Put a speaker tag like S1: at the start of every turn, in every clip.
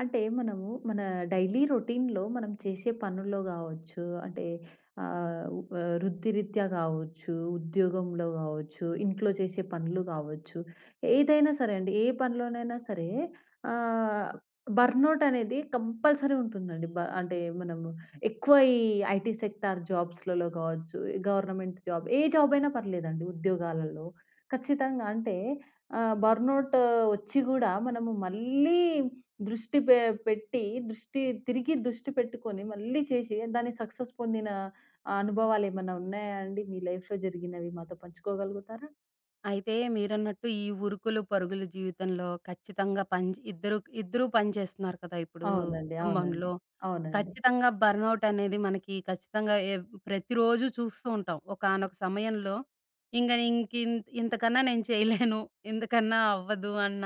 S1: అంటే మనము మన డైలీ రొటీన్‌లో మనం చేసే పనుల్లో గావచ్చు, అంటే వృత్తిరీత్యా గావచ్చు, ఉద్యోగంలో గావచ్చు, ఇంట్లో చేసే పనులు గావచ్చు, ఏదైనా సరే అండి. ఏ పనిలోనైనా సరే ఆహ్, బర్న్‌ఔట్ అనేది కంపల్సరీ ఉంటుందండి. అంటే మనము ఎక్కువ ఈ ఐటీ సెక్టార్ జాబ్స్‌లలో గావచ్చు, గవర్నమెంట్ జాబ్ ఏ జాబ్ అయినా పర్లేదండి ఉద్యోగాలలో. ఖచ్చితంగా అంటే బర్న్‌ఔట్ వచ్చి గూడా మనము మళ్ళీ దృష్టి పె పెట్టి, దృష్టి తిరిగి దృష్టి పెట్టుకొని మళ్ళీ చేసి దాన్ని సక్సెస్ పొందిన అనుభవాలేమన్నా ఉన్నాయా అండి? మీ లైఫ్‌లో జరిగినవి మాతో పంచుకోగలుగుతారా?
S2: అయితే మీరన్నట్టు ఈ ఉరుకులు, పరుగుల జీవితంలో ఖచ్చితంగా పని ఇద్దరూ పని చేస్తున్నారు కదా! ఇప్పుడు
S1: అవునండి. అవునండి.
S2: కుటుంబంలో.
S1: అవునండి.
S2: ఖచ్చితంగా బర్న్‌ఔట్ అనేది మనకి ఖచ్చితంగా ప్రతిరోజు చూస్తూ ఉంటాం. ఒకానొక సమయంలో ఇంకా ఇంక
S1: హ్మ్.
S2: ఇంకిన్ ఇంతకన్నా నేను చేయలేను. ఇంతకన్నా అవ్వదు అన్న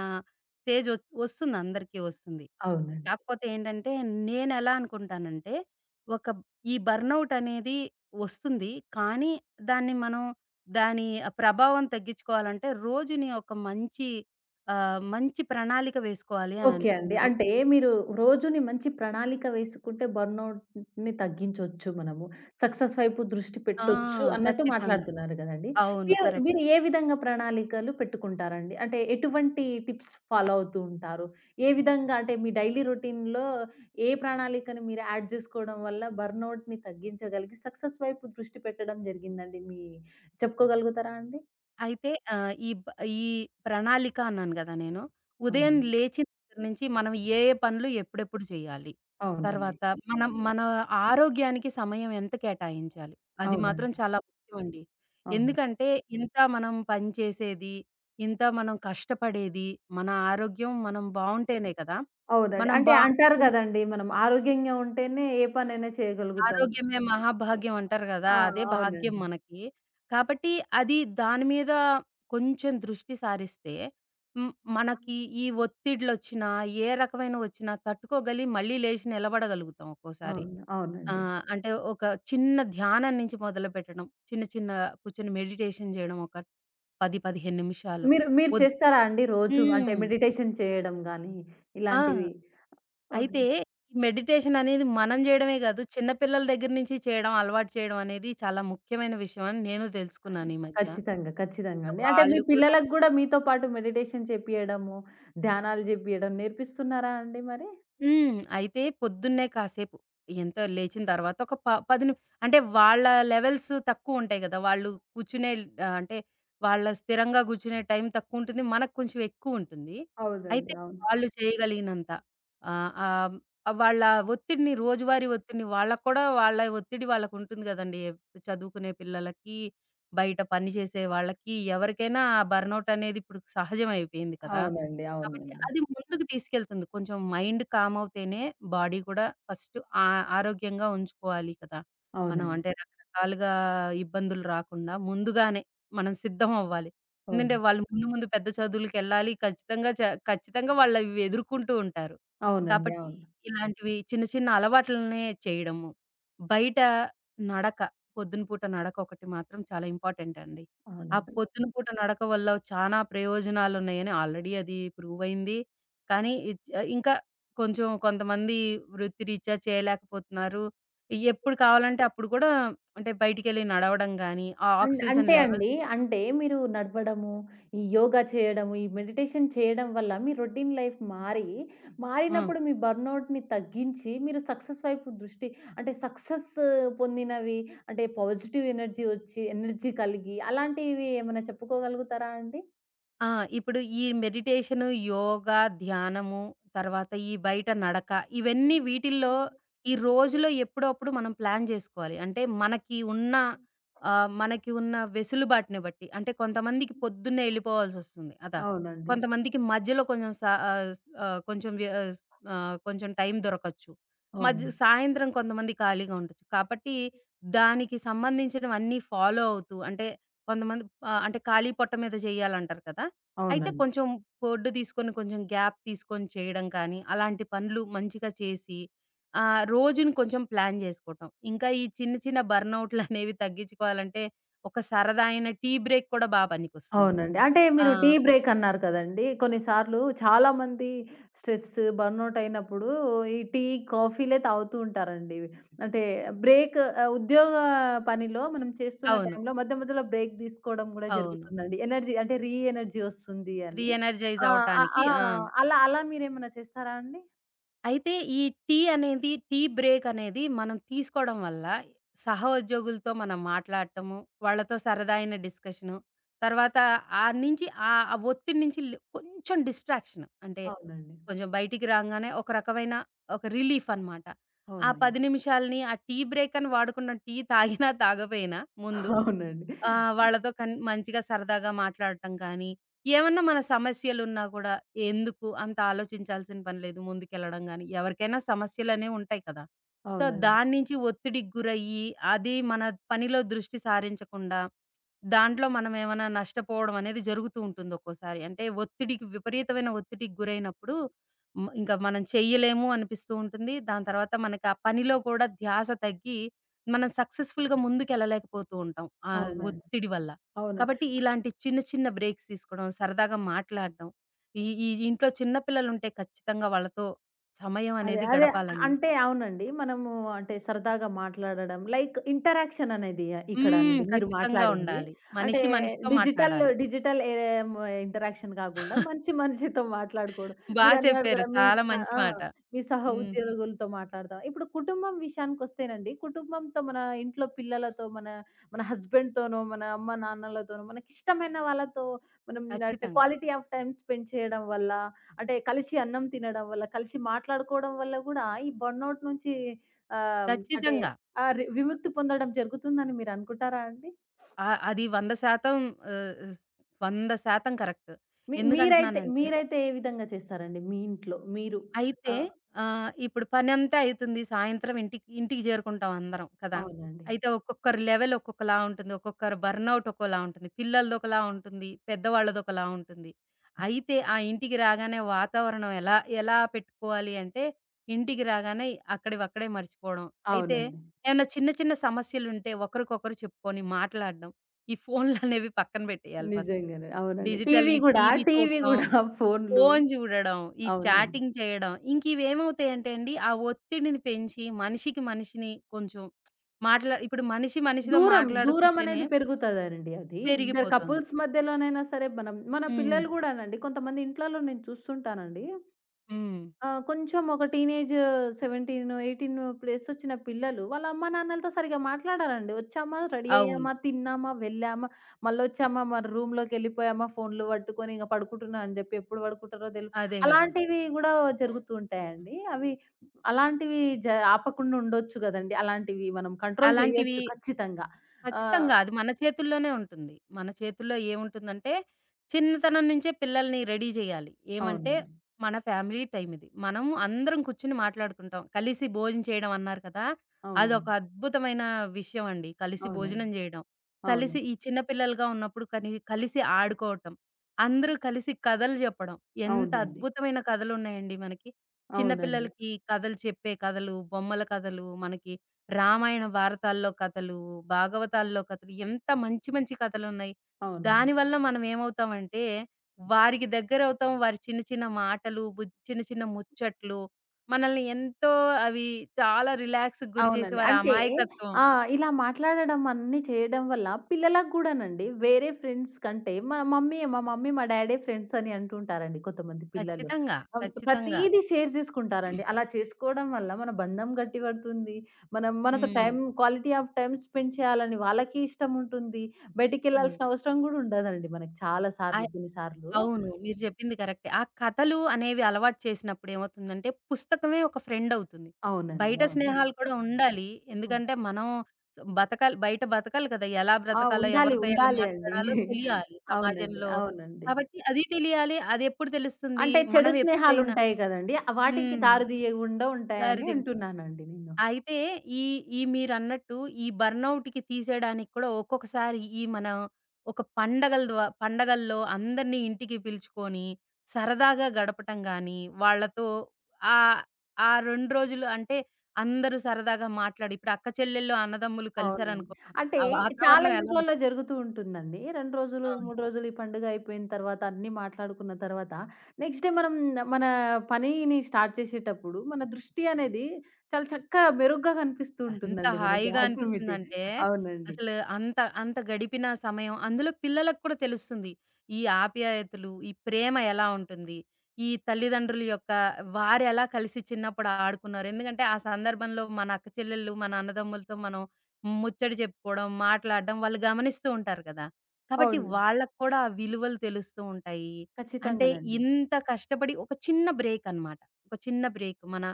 S2: స్టేజ్ ఒస్తుంది, అందరికీ ఒస్తుంది.
S1: అవునండి.
S2: కాకపోతే ఏంటంటే, నేనెలా అనుకుంటానంటే, ఒక ఈ బర్న్‌ఔట్ అనేది ఒస్తుంది. కానీ దాన్ని మనం దాని ప్రభావం తగ్గించుకోవాలంటే, రోజుని ఒక మంచి మంచి ప్రణాళిక వేసుకోవాలి అని
S1: ఓకే అండి.
S2: అనిపిస్తుంది.
S1: అంటే మీరు రోజుని మంచి ప్రణాళిక వేసుకుంటే బర్న్‌ఔట్‌ని తగ్గించొచ్చు మనము. సక్సెస్ వైపు దృష్టి
S2: ఆ!
S1: పెట్టొచ్చు అన్నట్టు
S2: ఖచ్చితంగా.
S1: మాట్లాడుతున్నారు గదండీ.
S2: అవును.
S1: మీరు
S2: కరెక్ట్.
S1: మీరు ఏ విధంగా ప్రణాళికలు పెట్టుకుంటారండి? అంటే ఎటువంటి టిప్స్ ఫాలో అవుతూ ఉంటారు? ఏ విధంగా అంటే మీ డైలీ రొటీన్‌లో ఏ ప్రణాళికను మీరు యాడ్ జేసుకోవడం వల్ల బర్న్‌ఔట్‌ని తగ్గించగలిగి సక్సెస్ వైపు దృష్టి పెట్టడం జరిగిందండి? మీ చెప్పుకోగలుగుతారా అండి?
S2: అయితే ఈ ప్రణాళిక అన్నాను గదా నేను. ఉదయం
S1: అవునండి.
S2: లేచిన దగ్గర నుంచి మనం ఏ పనులు ఎప్పుడెప్పుడు చేయాలి?
S1: అవునండి.
S2: తర్వాత మనం మన ఆరోగ్యానికి సమయం ఎంత కేటాయించాలి? అది మాత్రం
S1: అవునండి.
S2: చాలా ముఖ్యమండి.
S1: అవునండి.
S2: ఎందుకంటే ఇంత మనం పని చేసేది, ఇంత మనం కష్టపడేది, మన ఆరోగ్యం మనం బావుంటేనే కదా!
S1: అవునండి.
S2: మనం
S1: అంటే
S2: బా
S1: అంటారు గదండీ! మనం ఆరోగ్యంగా ఉంటేనే ఏ పనైనా చేయగలుగుతాం.
S2: ఆరోగ్యమే మహాభాగ్యం అంటారు గదా!
S1: ఆ!
S2: అదే భాగ్యం
S1: అవునండి.
S2: మనకి. కాబట్టి దాని మీద కొంచెం దృష్టి సారిస్తే, హ్మ్, మనకి ఈ ఒత్తిడ్లొచ్చినా, ఏ రకమైనవొచ్చినా మళ్ళీ లేచి నిలబడగలుగుతాం ఒక్కోసారి.
S1: అవును.
S2: ఆ!
S1: అవునండి.
S2: అంటే ఒక చిన్న ధ్యానం నుంచి మొదలుపెట్టడం. చిన్న చిన్న కూర్చొని మెడిటేషన్ జేయడం ఒక 10, 15 నిమిషాలు.
S1: మీరు మీరు
S2: ఒద్
S1: చేస్తారా అండి రోజు? అంటే
S2: హ్మ్.
S1: మెడిటేషన్ చేయడం గానీ,
S2: ఆ!
S1: ఇలాంటివి ఓహ్!
S2: అయితే, ఈ మెడిటేషన్ అనేది మనం జేయడమే గాదు. చిన్న పిల్లల దగ్గర నుంచి చేయడం, అలవాటు చేయడం అనేది చాలా ముఖ్యమైన విషయం అని నేను తెలుసుకున్నాను ఈ మధ్య.
S1: ఖచ్చితంగా. ఖచ్చితంగా
S2: అంటే
S1: అండి. అంటే మీ
S2: వాళ్ళు గూడా
S1: పిల్లలకు గూడా మీతో పాటు మెడిటేషన్ చెప్పియడము, ధ్యానాలు జెప్పియడం నేర్పిస్తున్నారా అండి మరి?
S2: హ్మ్. అయితే పొద్దున్నే కాసేపు లేచిన తర్వాత ఒక ప 10 ని అంటే వాళ్ళ లెవెల్స్ తక్కువుంటాయి గదా! వాళ్ళు కూర్చునే ఆహ్, అంటే వాళ్ళ స్థిరంగా గూర్చునే టైం తక్కువుంటుంది. మనకు కొంచెం ఎక్కువుంటుంది. అయితే
S1: అవునండి. అవును.
S2: వాళ్ళు చేయగలిగినంత ఆహ్, ఆహ్, వాళ్ళ ఒత్తిడిని రోజువారీ ఒత్తిడిని వాళ్ళకి కూడా, వాళ్ళ ఒత్తిడి వాళ్ళకుంటుంది గదండీ! చదువుకునే పిల్లలకి, బయట పని చేసే వాళ్ళకి, ఎవరికైనా బర్నౌట్ అనేది ఇప్పుడు సహజం అయిపోయింది కదా!
S1: అవునండి.
S2: కాబట్టి
S1: అవునండి.
S2: అది ముందుకు తీసుకెళ్తుంది. కొంచెం మైండ్ కామ్ అవుతేనే బాడీ కూడా ఫస్ట్ ఆ ఆరోగ్యంగా ఉంచుకోవాలి కదా! మనం
S1: అవునండి.
S2: అంటే రకరకాలుగా ఇబ్బందులు రాకుండా ముందుగానే మనం సిద్ధం అవ్వాలి. ఎందుకంటే
S1: అవును.
S2: వాళ్ళు ముందు ముందు పెద్ద చదువులకెళ్ళాలి. ఖచ్చితంగా వాళ్ళు ఇవి ఎదుర్కొంటూ ఉంటారు.
S1: అవునండి.
S2: కాబట్టి
S1: అవును.
S2: ఇలాంటివి చిన్న చిన్న అలవాట్లనే చేయడము. బయట నడక, పొద్దున పూట నడక ఒకటి మాత్రం చాలా ఇంపార్టెంట్ అండి. ఆ
S1: అవును.
S2: పొద్దున పూట నడక వల్ల చానా ప్రయోజనాలున్నాయని ఆల్రెడీ అది ప్రూవ్ అయింది. కానీ ఇంకా కొంచెం కొంతమంది వృత్తిరీత్యా చేయలేకపోతున్నారు. ఎప్పుడు కావాలంటే అప్పుడు కూడా అంటే బయటికెళ్ళి నడవడం గానీ, ఆ ఆక్సిజన్
S1: అంటే
S2: లెవెల్.
S1: అండి. అంటే మీరు నడవడము, ఈ యోగా చేయడము, ఈ మెడిటేషన్ చేయడం వల్ల మీ రొటీన్ లైఫ్ మారి,
S2: హ్మ్.
S1: మారినప్పుడు మీ బర్న్‌ఔట్‌ని తగ్గించి మీరు సక్సెస్ వైపు దృష్టి అంటే సక్సెస్ పొందినవి అంటే పాజిటివ్ ఎనర్జీ వచ్చి, ఎనర్జీ కలిగి అలాంటివి ఏమైనా చెప్పుకోగలుగుతారా అండి?
S2: ఆ! ఇప్పుడు ఈ మెడిటేషను, యోగా, ధ్యానము, తర్వాత ఈ బయట నడక, ఇవన్నీ వీటిల్లో ఈ రోజులో ఎప్పుడో అప్పుడు మనం ప్లాన్ జేసుకోవాలి. అంటే మనకి ఉన్న వెసులుబాటుని బట్టి. అంటే కొంతమందికి పొద్దున్నే ఎళ్ళిపోవాల్సొస్తుంది. అదా!
S1: అవునండి.
S2: కొంతమందికి మధ్యలో కొంచెం స ఆహ్, స్ ఆహ్, కొంచెం వ్య ఆహ్, కొంచెం టైం దొరకచ్చు. మధ్య
S1: అవును.
S2: సాయంత్రం కొంతమంది ఖాళీగా ఉండొచ్చు. కాబట్టి దానికి సంబంధించినవన్నీ ఫాలో అవుతూ అంటే కొంతమంది అంటే ఖాళీ పొట్ట మీద చేయాలంటారు కదా! అయితే
S1: అవునండి.
S2: కొంచెం ఫుడ్ తీసుకొని, కొంచెం గ్యాప్ తీసుకొని చేయడం కానీ, అలాంటి పనులు మంచిగా చేసి రోజుని కొంచెం ప్లాన్ జేసుకోవటం. ఇంకా ఈ చిన్న చిన్న బర్నౌట్‌లనేవి తగ్గించుకోవాలంటే, ఒక సరదా అయిన టీ బ్రేక్ కూడా బా పనికొస్తుంది.
S1: అవునండి. అంటే
S2: ఆ!
S1: మీరు టీ బ్రేక్ అన్నారు కదండీ! కొన్నిసార్లు చాలామంది స్ట్రెస్, బర్న్‌ఔట్ అయినప్పుడు ఈ టీ, కాఫీలే తాగుతూ ఉంటారండి. అంటే బ్రేక్ ఉద్యోగ పనిలో మనం చేస్తున్న
S2: అవును.
S1: టైంలో మధ్య మధ్యలో బ్రేక్ తీసుకోవడం కూడా
S2: అవును.
S1: జరుగుతుందండి. ఎనర్జీ అంటే ఎనర్జీ వస్తుంది
S2: రీ
S1: అని.
S2: ఎనర్జైజ్
S1: ఆ! ఆ!
S2: అవ్వటానికి.
S1: ఆ!
S2: ఆ!
S1: అలా అలా మీరేమన్నా చేస్తారా అండి?
S2: అయితే ఈ టీ అనేది, టీ బ్రేక్ అనేది మనం తీసుకోవడం వల్ల సహోద్యోగులతో మనం మాట్లాడటము, వాళ్ళతో సరదా అయిన డిస్కషను, తర్వాత ఆ నుంచి ఆ ఆ ఒత్తిడి నుంచి కొంచెం డిస్ట్రాక్షన్. అంటే
S1: అవునండి.
S2: కొంచెం బయటికి రాంగానే ఒక రకమైన ఒక రిలీఫ్ అనమాట. ఆ 10
S1: అవునండి.
S2: నిమిషాలని ఆ టీ బ్రేక్ అని వాడుకున్న టీ తాగినా తాగపోయినా ముందు
S1: అవునండి.
S2: ఆ! వాళ్ళతో మంచిగా సరదాగా మాట్లాడటం కానీ, ఏమన్నా మన సమస్యలున్నా కూడా ఎందుకు అంత ఆలోచించాల్సిన పని లేదు, ముందుకెళ్ళడం గాని, ఎవరికైనా సమస్యలనేవి ఉంటాయి కదా! సో,
S1: అవునండి.
S2: దాని నుంచి ఒత్తిడికి గురయ్యి, అది మన పనిలో దృష్టి సారించకుండా, దాంట్లో మనం ఏమైనా నష్టపోవడం అనేది జరుగుతూ ఉంటుంది ఒక్కోసారి. అంటే విపరీతమైన ఒత్తిడికి గురైనప్పుడు హ్మ్, ఇంక మనం చెయ్యలేము అనిపిస్తూ ఉంటుంది. దాని తర్వాత మనకి ఆ పనిలో కూడా ధ్యాస తగ్గి మనం సక్సెస్‌ఫుల్‌గా ముందుకెళ్ళలేకపోతూ ఉంటాం ఆ
S1: అవునండి.
S2: ఒత్తిడి వల్ల.
S1: అవునండి.
S2: కాబట్టి ఇలాంటి చిన్న చిన్న బ్రేక్స్ తీసుకోవడం, సరదాగా మాట్లాడడం, ఈ ఈ ఇంట్లో చిన్న పిల్లలుంటే ఖచ్చితంగా వాళ్ళతో సమయం
S1: అదే.
S2: అనేది
S1: అదే.
S2: గడపాలండి.
S1: అంటే అవునండి. మనము అంటే సరదాగా మాట్లాడడం లైక్ ఇంటరాక్షన్ అనేది ఇక్కడ
S2: హ్మ్.
S1: నుండి మీరు
S2: ఖచ్చితంగా
S1: మాట్లాడింది.
S2: ఉండాలి.
S1: అంటే
S2: మనిషి మనిషితో
S1: డిజిటల్
S2: మాట్లాడాలి.
S1: డిజిటల్ ఏం ఇంటరాక్షన్ కాకుండా మనిషి మనిషితో మాట్లాడుకోవడం.
S2: బా
S1: మీరన్నారు
S2: చెప్పారు.
S1: గూడా మీ
S2: చాలా
S1: స
S2: మంచి
S1: ఆ!
S2: మాట.
S1: మీ సహ
S2: హ్మ్.
S1: ఉద్యోగులతో మాట్లాడతాం. ఇప్పుడు కుటుంబం విషయానికొస్తేనండి, కుటుంబంతో మన ఇంట్లో పిల్లలతో, మన మన హస్బెండ్‌తోనో, మన అమ్మ నాన్నలతోనో, మనకిష్టమైన వాళ్ళతో మనం అంటే
S2: ఖచ్చితంగా.
S1: క్వాలిటీ ఆఫ్ టైమ్ స్పెండ్ చేయడం వల్ల అంటే కలిసి అన్నం తినడం వల్ల, కలిసి మాట్లాడుకోవడం వల్ల గూడా ఈ బర్న్‌ఔట్ నుంచి అంటే
S2: ఖచ్చితంగా.
S1: ఆ! విముక్తి పొందడం జరుగుతుందని మీరనుకుంటారా అండి?
S2: అది 100% ఆహ్, 100% కరెక్ట్.
S1: మీ మీరైతే
S2: ఎందుకంటున్నానంటే,
S1: మీరైతే ఏ విధంగా చేస్తారండి మీ ఇంట్లో మీరు?
S2: అయితే
S1: ఆ!
S2: ఇప్పుడు పనంతా అయితుంది. సాయంత్రం ఇంటికి ఇంటికి చేరుకుంటాం అందరం కదా!
S1: అవునండి.
S2: అయితే ఒక్కొక్కరి లెవెల్ ఒక్కొక్కలా ఉంటుంది. ఒక్కొక్కరి బర్న్‌ఔట్ ఒక్కోలా ఉంటుంది. పిల్లలదొకలా ఉంటుంది. పెద్దవాళ్ళదొకలా ఉంటుంది. అయితే ఆ ఇంటికి రాగానే వాతావరణం ఎలా ఎలా పెట్టుకోవాలి అంటే, ఇంటికి రాగానే అక్కడివక్కడే మర్చిపోవడం. అయితే
S1: అవునండి.
S2: ఏమన్నా చిన్న చిన్న సమస్యలుంటే ఒకరికొకరు చెప్పుకొని మాట్లాడడం. ఈ ఫోన్‌లనేవి పక్కన పెట్టేయాలి ఫస్ట్.
S1: నిజంగానే. అవునండి.
S2: డిజిటల్,
S1: టీవీ
S2: ఈ
S1: గూడా,
S2: టీవీ
S1: టీవీ
S2: చూడటం,
S1: గూడా ఫోన్లు.
S2: ఫోను జూడడం, ఈ
S1: అవునండి.
S2: చాటింగ్ చేయడం, ఇంకివేమవుతాయంటే అండి, ఆ ఒత్తిడిని పెంచి మనిషికి మనిషిని కొంచెం ఇప్పుడు మనిషి మనిషితో
S1: దూరం, దూరం
S2: మాట్లాడుకుంటేనే
S1: అనేది పెరుగుతదండి అది. ఇద్దరు
S2: పెరిగిపోతుంది.
S1: కపుల్స్ మధ్యలోనైనా సరే మనం మన
S2: హ్మ్.
S1: పిల్లలు గూడానండి కొంతమంది ఇంట్లలో నేను చూస్తుంటానండి
S2: హ్మ్.
S1: ఆ! కొంచెం ఒక టీనేజ్ 17, 18 ప్లసొచ్చిన పిల్లలు వాళ్ళ అమ్మా నాన్నలతో సరిగ్గా మాట్లాడరండి. వచ్చామా, రెడీ
S2: అవును.
S1: అయ్యామా, తిన్నామా, వెళ్ళామా, మళ్ళొచ్చామా, మన రూమ్‌లోకెళ్ళిపోయామా, ఫోన్లు పట్టుకొని ఇంక పడుకుంటున్నా అని జెప్పి ఎప్పుడు పడుకుంటారో
S2: అదే గదా!
S1: అలాంటివి గూడా జరుగుతూ ఉంటాయండి. అవి అలాంటివి జ ఆపకుండా ఉండొచ్చు గదండీ. అలాంటివి మనం కంట్రోల్
S2: అలాంటివి
S1: జేయొచ్చు ఖచ్చితంగా. ఆ!
S2: ఖచ్చితంగా. అది మన చేతుల్లోనే ఉంటుంది. మన చేతుల్లో ఏముంటుందంటే, చిన్నతనం నుంచే పిల్లల్ని రెడీ జేయాలి. ఏమంటే,
S1: అవునండి.
S2: మన ఫ్యామిలీ టైమ్ ఇది. మనం అందరం కూర్చొని మాట్లాడుకుంటాం. కలిసి భోజనం చేయడం అన్నారు కదా! అదొక
S1: అవునండి.
S2: అద్భుతమైన విషయం అండి, కలిసి
S1: అవునండి.
S2: భోజనం జేయడం. కలిసి
S1: అవునండి.
S2: ఈ చిన్న పిల్లలుగా ఉన్నప్పుడు కలిసి ఆడుకోవటం. అందరూ కలిసి కథలు జెప్పడం. ఎంత
S1: అవునండి.
S2: అద్భుతమైన కథలున్నాయండి మనకి. చిన్న
S1: అవునండి.
S2: పిల్లలకి కథలు, చెప్పే కథలు, బొమ్మల కథలు, మనకి రామాయణ, భారతాల్లో కథలు, భాగవతాల్లో కథలు, ఎంత మంచి మంచి కథలున్నాయి.
S1: అవునండి.
S2: దానివల్ల మనం ఏమవుతామంటే, వారికి దగ్గరవుతాం. వారి చిన్న చిన్న మాటలు, చిన్న చిన్న ముచ్చట్లు, మనల్ని ఎంతో, అవి చాలా రిలాక్స్‌కి గురి చేసి
S1: అవునండి.
S2: వారి
S1: అంటే
S2: అమాయకత్వం.
S1: ఇలా మాట్లాడడం అన్నీ చేయడం వల్ల పిల్లలకు గూడానండి వేరే ఫ్రెండ్స్ కంటే మా మమ్మీయే మా మమ్మీ, మా డ్యాడే ఫ్రెండ్స్ అని అంటుంటారండి కొంతమంది పిల్లలు.
S2: ఖచ్చితంగా. ఖచ్చితంగా.
S1: ప్రతీదీ షేర్ జేసుకుంటారండి. అలా చేసుకోవడం వల్ల మన బంధం గట్టిపడుతుంది. మనం మనతో
S2: హ్మ్.
S1: Time quality of time spend చేయాలని వాళ్ళకి ఇష్టం ఉంటుంది.
S2: అవును.
S1: బయటికెళ్ళాల్సిన అవసరం గూడా ఉండదండి మనకి చాలా సార్లు కొన్ని సార్లు.
S2: అవును. మీరు చెప్పింది కరెక్టే. ఆ కథలు అనేవి అలవాటు చేసినప్పుడు ఏమవుతుందంటే, పుస్తకమే ఒక ఫ్రెండ్ అవుతుంది.
S1: అవునండి.
S2: బయట హ్మ్,
S1: అవును.
S2: స్నేహాలు కూడా ఉండాలి.
S1: హ్మ్.
S2: ఎందుకంటే, మనం బతకాలి, బయట బతకాలి కదా! ఎలా
S1: ఆ!
S2: బ్రతకాలో,
S1: ఉండాలి.
S2: ఎవరితో ఎలా
S1: ఉండాలి అండి.
S2: మాట్లాడాలో తెలియాలి
S1: అవునండి.
S2: సమాజంలో.
S1: అవునండి.
S2: కాబట్టి అది తెలియాలి. అదెప్పుడు తెలుస్తుంది?
S1: అంటే
S2: మనం
S1: చెడు
S2: ఎప్పుడైనా
S1: స్నేహాలుంటాయి గదండీ! వాటికి
S2: హ్మ్.
S1: దారి దీయకుండా
S2: దారి
S1: ఉంటాయని
S2: దిం
S1: అంటున్నానండి నేను.
S2: అయితే ఈ ఈ మీరన్నట్టు ఈ బర్నౌట్‌కి తీసేయడానికి కూడా ఒక్కొక్కసారి ఈ మన ఒక పండగల ద్వా పండగల్లో అందరిని ఇంటికి పిలుచుకొని సరదాగా గడపటం గానీ, వాళ్ళతో ఆహ్, ఆ 2 రోజులు అంటే అందరూ సరదాగా మాట్లాడి ఇప్పుడు అక్క చెల్లెళ్ళు, అన్నదమ్ములు
S1: అవునండి.
S2: కలిసారనుకో
S1: అంటే
S2: ఆ
S1: చాలా
S2: వాతావరణం ఎలా ఉం
S1: ఇంట్లల్లో జరుగుతూ ఉంటుందండి. 2 రోజులు,
S2: ఆ!
S1: 3 రోజులు ఈ పండుగ అయిపోయిన తర్వాత అన్నీ మాట్లాడుకున్న తర్వాత నెక్స్ట్ డే మనం మన పనిని స్టార్ట్ చేసేటప్పుడు మన దృష్టి అనేది చాలా చక్కగా మెరుగ్గా కనిపిస్తూ
S2: ఎంత
S1: ఉంటుందండి మనకి
S2: హాయిగా
S1: ఆటోమేటిక్.
S2: అనిపిస్తుందంటే,
S1: అవునండి.
S2: అసలు అంత అంత గడిపిన సమయం అందులో పిల్లలకు కూడా తెలుస్తుంది. ఈ ఆప్యాయతలు, ఈ ప్రేమ ఎలా ఉంటుంది? ఈ తల్లిదండ్రుల యొక్క వారెలా కలిసి చిన్నప్పుడు ఆడుకున్నారు? ఎందుకంటే, ఆ సందర్భంలో మన అక్క చెల్లెళ్ళు, మన అన్నదమ్ములతో మనం ముచ్చట చెప్పుకోవడం, మాట్లాడడం వాళ్ళు గమనిస్తూ ఉంటారు కదా! కాబట్టి
S1: అవును.
S2: వాళ్ళకి కూడా ఆ విలువలు తెలుస్తూ ఉంటాయి. అంటే
S1: ఖచ్చితంగానండి.
S2: ఇంత కష్టపడి ఒక చిన్న బ్రేక్ అన్నమాట. ఒక చిన్న బ్రేక్ మన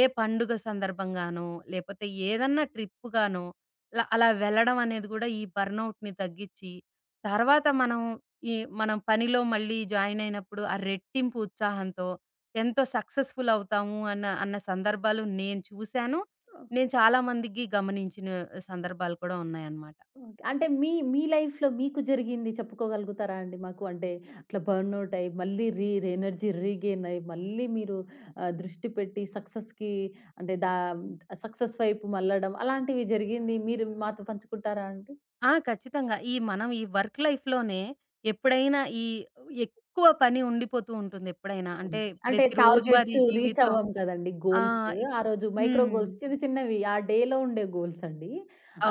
S2: ఏ పండుగ సందర్భంగానో, లేపోతే ఏదన్నా ట్రిప్ గానో, ఇలా అలా వెళ్ళడం అనేది గూడా ఈ బర్న్‌ఔట్‌ని తగ్గిచ్చి, తర్వాత మనం ఈ మనం పనిలో మళ్ళీ జాయిన్ అయినప్పుడు ఆ రెట్టింపు ఉత్సాహంతో ఎంతో సక్సెస్‌ఫుల్ అవుతాము అన్న అన్న సందర్భాలు నేను చూశాను. నేను చాలా మందికి గమనించిన సందర్భాలు కూడా ఉన్నాయన్నమాట.
S1: ఓకే. అంటే మీ మీ లైఫ్‌లో మీకు జరిగింది చెప్పుకోగలుగుతారా అండి మాకు? అంటే అట్లా బర్న్‌ఔట్ అయ్యి, మళ్ళీ ఎనర్జీ రీగెయిన్ అయ్యి, మళ్ళీ మీరు దృష్టి పెట్టి సక్సెస్‌కి అంటే సక్సెస్ వైపు మళ్ళడం అలాంటివి జరిగింది. మీరు మాతో పంచుకుంటారా అండి?
S2: ఆ! ఖచ్చితంగా. ఈ మనం ఈ వర్క్ లైఫ్‌లోనే ఎప్పుడైనా ఎక్కువ పని ఉండిపోతూ ఉంటుంది ఎప్పుడైనా. అంటే
S1: అవునండి. అంటే
S2: ప్రతి
S1: టార్గెట్స్
S2: రోజువారీ
S1: రీచ్
S2: జీవితం.
S1: అవ్వం కదండీ
S2: ఆ!
S1: గోల్స్. ఆ రోజు మైక్రో
S2: హ్మ్.
S1: గోల్స్ చిన్న చిన్నవి ఆ డేలో ఉండే గోల్స్ అండి.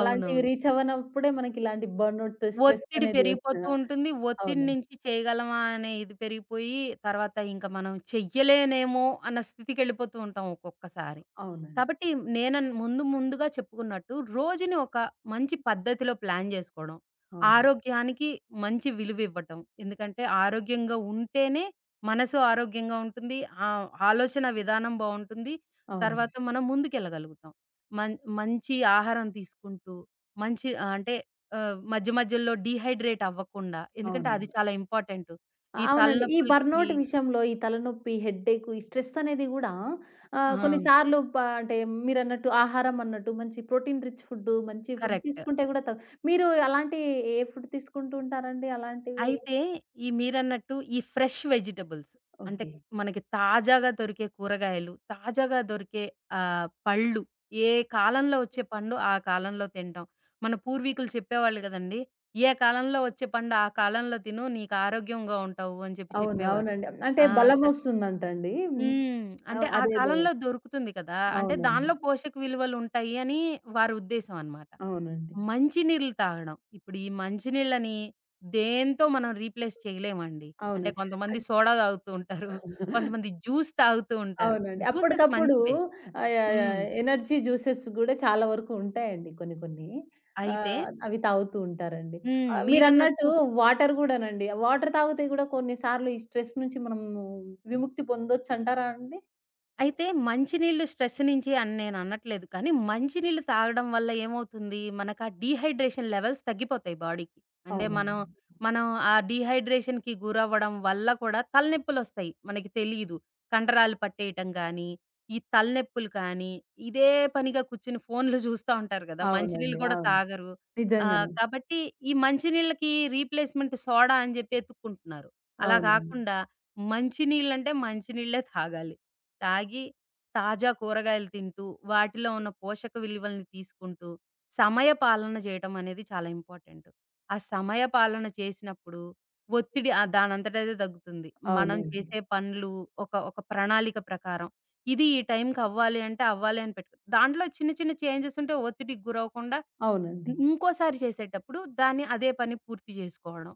S1: అలాంటివి రీచ్ అవ్వనప్పుడే మనకి ఇలాంటి బర్న్‌ఔట్ స్ట్రెస్
S2: ఒత్తిడి
S1: అనేది వచ్చిన
S2: పెరిగిపోతూ ఉంటుంది. ఒత్తిడి
S1: అవునండి.
S2: నుంచి చేయగలమా అనే ఇది పెరిగిపోయి, తర్వాత ఇంక మనం చెయ్యలేనేమో అన్న స్థితికెళ్ళిపోతూ ఉంటాం ఒక్కొక్కసారి.
S1: అవునండి.
S2: కాబట్టి ముందు ముందుగా చెప్పుకున్నట్టు రోజుని ఒక మంచి పద్ధతిలో ప్లాన్ జేసుకోవడం.
S1: అవునండి.
S2: ఆరోగ్యానికి మంచి విలువివ్వటం. ఎందుకంటే ఆరోగ్యంగా ఉంటేనే మనసు ఆరోగ్యంగా ఉంటుంది. ఆలోచన విధానం బావుంటుంది.
S1: అవునండి.
S2: తర్వాత మనం ముందుకెళ్ళగలుగుతాం. మన్ మంచి ఆహారం తీసుకుంటూ, మంచి ఆహ్, అంటే ఆహ్, మధ్య మధ్యలో డీహైడ్రేట్ అవ్వకుండా. ఎందుకంటే అది
S1: అవునండి.
S2: చాలా ఇంపార్టెంటు. ఈ
S1: అవునండి. ఈ
S2: తలనొప్పులకి.
S1: బర్నౌట్ విషయంలో ఈ తలనొప్పి, హెడ్‌ఏక్, ఈ స్ట్రెస్ అనేది గూడా
S2: ఆ!
S1: కొన్ని సార్లు అంటే మీరన్నట్టు ఆహారం అన్నట్టు మంచి ప్రోటీన్ రిచ్ ఫుడ్డు, మంచి ఫుడ్
S2: కరెక్ట్.
S1: తీసుకుంటే గూడా మీరు అలాంటి ఏ ఫుడ్ తీసుకుంటూ ఉంటారండి అలాంటివి?
S2: అయితే ఈ మీరన్నట్టు ఈ ఫ్రెష్ వెజిటబుల్స్, అంటే
S1: ఓకే.
S2: మనకి తాజాగా దొరికే కూరగాయలు, తాజాగా దొరికే పళ్ళు, ఏ కాలంలో వచ్చే పండు ఆ కాలంలో తినటం. మన పూర్వీకులు చెప్పేవాళ్ళు గదండీ! "ఏ కాలంలో వచ్చే పండు ఆ కాలంలో తిను. నీకు ఆరోగ్యంగా ఉంటావు" అని
S1: అవును.
S2: చెప్పేవారు.
S1: అవునండి. అంటే
S2: ఆ!
S1: బలమొస్తుందంటండి. హ్మ్.
S2: హ్మ్. అంటే ఆ
S1: అదేదో
S2: కాలంలో దొరుకుతుంది కదా! అంటే
S1: అవునండి.
S2: దానిలో పోషక విలువలుంటాయి అని వారి ఉద్దేశం అన్నమాట.
S1: అవునండి.
S2: మంచినీళ్ళు తాగడం. ఇప్పుడు ఈ మంచినీళ్ళని దేనితో మనం రీప్లేస్ చేయలేమండి. అంటే
S1: అవునండి.
S2: కొంతమంది సోడా తాగుతూ ఉంటారు. కొంతమంది
S1: అద్
S2: జ్యూస్ తాగుతూ ఉంటారు.
S1: అవునండి.
S2: జ్యూసెస్
S1: అప్పటికప్పుడు
S2: మంచివే. హ్మ్.
S1: యాహ్! ఎనర్జీ జ్యూసెస్ గూడా చాలా వరకు ఉంటాయండి కొన్ని కొన్ని.
S2: అయితే
S1: అవి తాగుతూ ఉంటారండి.
S2: హ్మ్. మీరన్నట్టు,
S1: మీరన్నట్టు వాటర్ గూడానండి. వాటర్ తాగితే గూడా కొన్ని సార్లు ఈ స్ట్రెస్ నుంచి మనము విముక్తి పొందొచ్చంటారా అండి?
S2: అయితే మంచినీళ్ళు స్ట్రెస్ నుంచి అని నేననట్లేదు. కానీ, మంచినీళ్ళు తాగడం వల్ల ఏమవుతుంది, మనకా డీహైడ్రేషన్ లెవెల్స్ తగ్గిపోతాయి బాడీకి. అంటే, మనం
S1: అవునండి.
S2: మనం ఆ డీహైడ్రేషన్‌కి గురవ్వడం వల్ల కూడా తలనొప్పులొస్తాయి. మనకి తెలీదు. కండరాలు పట్టేయటం గానీ, ఈ తలనొప్పులు కానీ, ఇదే పనిగా కూర్చొని ఫోన్లు జూస్తా ఉంటారు గదా! మంచినీళ్ళు
S1: అవునండి.
S2: గూడా
S1: అవును.
S2: తాగరు.
S1: నిజంగానే.
S2: కాబట్టి, ఈ మంచినీళ్ళకి రీప్లేస్‌మెంట్ సోడా అని జెప్పి ఎతుక్కుంటున్నారు. అలా
S1: అవునండి.
S2: గాకుండా మంచినీళ్ళంటే మంచినీళ్ళే తాగాలి. తాగి, తాజా కూరగాయలు తింటూ, వాటిలో ఉన్న పోషక విలువల్ని తీసుకుంటూ, సమయ పాలన జేయటం అనేది చాలా ఇంపార్టెంట్. ఆ సమయ పాలన చేసినప్పుడు ఒత్తిడి దానంతట అదే తగ్గుతుంది. మనం
S1: అవునండి.
S2: చేసే పనులు ఒక ఒక ప్రణాళిక ప్రకారం. ఇది ఈ టైంకవ్వాలి అంటే అవ్వాలి అని పెట్టుకో, దాంట్లో చిన్న చిన్న చేంజెస్ ఉంటే ఒత్తిడికి గురవ్వకుండా
S1: అవునండి.
S2: ఇంకోసారి చేసేటప్పుడు దాన్ని, అదే పని పూర్తి చేసుకోవడం.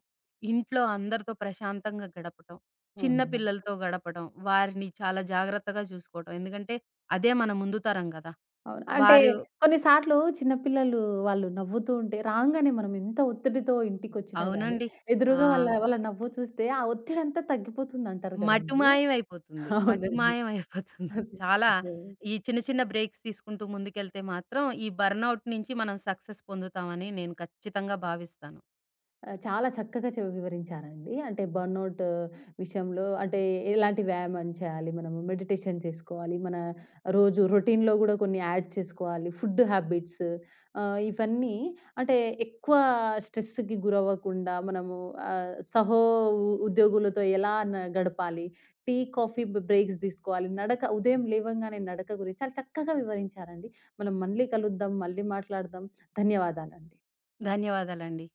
S2: ఇంట్లో అందరితో ప్రశాంతంగా గడపటం. చిన్న
S1: అవునండి.
S2: పిల్లలతో గడపడం. వారిని చాలా జాగ్రత్తగా చూసుకోవటం. ఎందుకంటే అదే మన ముందు తరం గదా!
S1: అవును. అంటే
S2: వారు
S1: కొన్ని సార్లు చిన్న పిల్లలు వాళ్ళు నవ్వుతూ ఉంటే రాంగానే మనం ఎంత ఒత్తిడితో ఇంటికొచ్చినా గానీ,
S2: అవునండి. ఆ!
S1: ఎదురుగా వాళ్ళ వాళ్ళ నవ్వు చూస్తే ఆ ఒత్తిడంతా తగ్గిపోతుందంటారు కదండీ!
S2: మటుమాయం అయిపోతుంది.
S1: అవునండి.
S2: మటుమాయం అయిపోతుంది.
S1: అదే.
S2: చాలా
S1: అవును.
S2: ఈ చిన్న చిన్న బ్రేక్స్ తీసుకుంటూ ముందుకెళ్తే మాత్రం ఈ బర్న్‌ఔట్ నుంచి మనం సక్సెస్ పొందుతామని నేను ఖచ్చితంగా భావిస్తాను.
S1: చాలా చక్కగా వివరించారండి. అంటే బర్న్‌ఔట్ విషయంలో అంటే ఎలాంటి వ్యాయామం చేయాలి మనము, మెడిటేషన్ చేసుకోవాలి, మన రోజు రొటీన్‌లో గూడా కొన్ని యాడ్ చేసుకోవాలి, ఫుడ్ హ్యాబిట్స్ ఇవన్నీ అంటే ఎక్కువ స్ట్రెస్‌కి గురవ్వకుండా మనము ఆహ్, సహో ఉ ఉద్యోగులతో ఎలా గడపాలి, టీ, కాఫీ బ్రేక్స్ తీసుకోవాలి, నడక ఉదయం లేవంగానే నడక గురించి చాలా చక్కగా వివరించారండి. మనం మళ్ళీ కలుద్దాం, మళ్ళీ మాట్లాడదాం. ధన్యవాదాలండి.
S2: ధన్యవాదాలండి.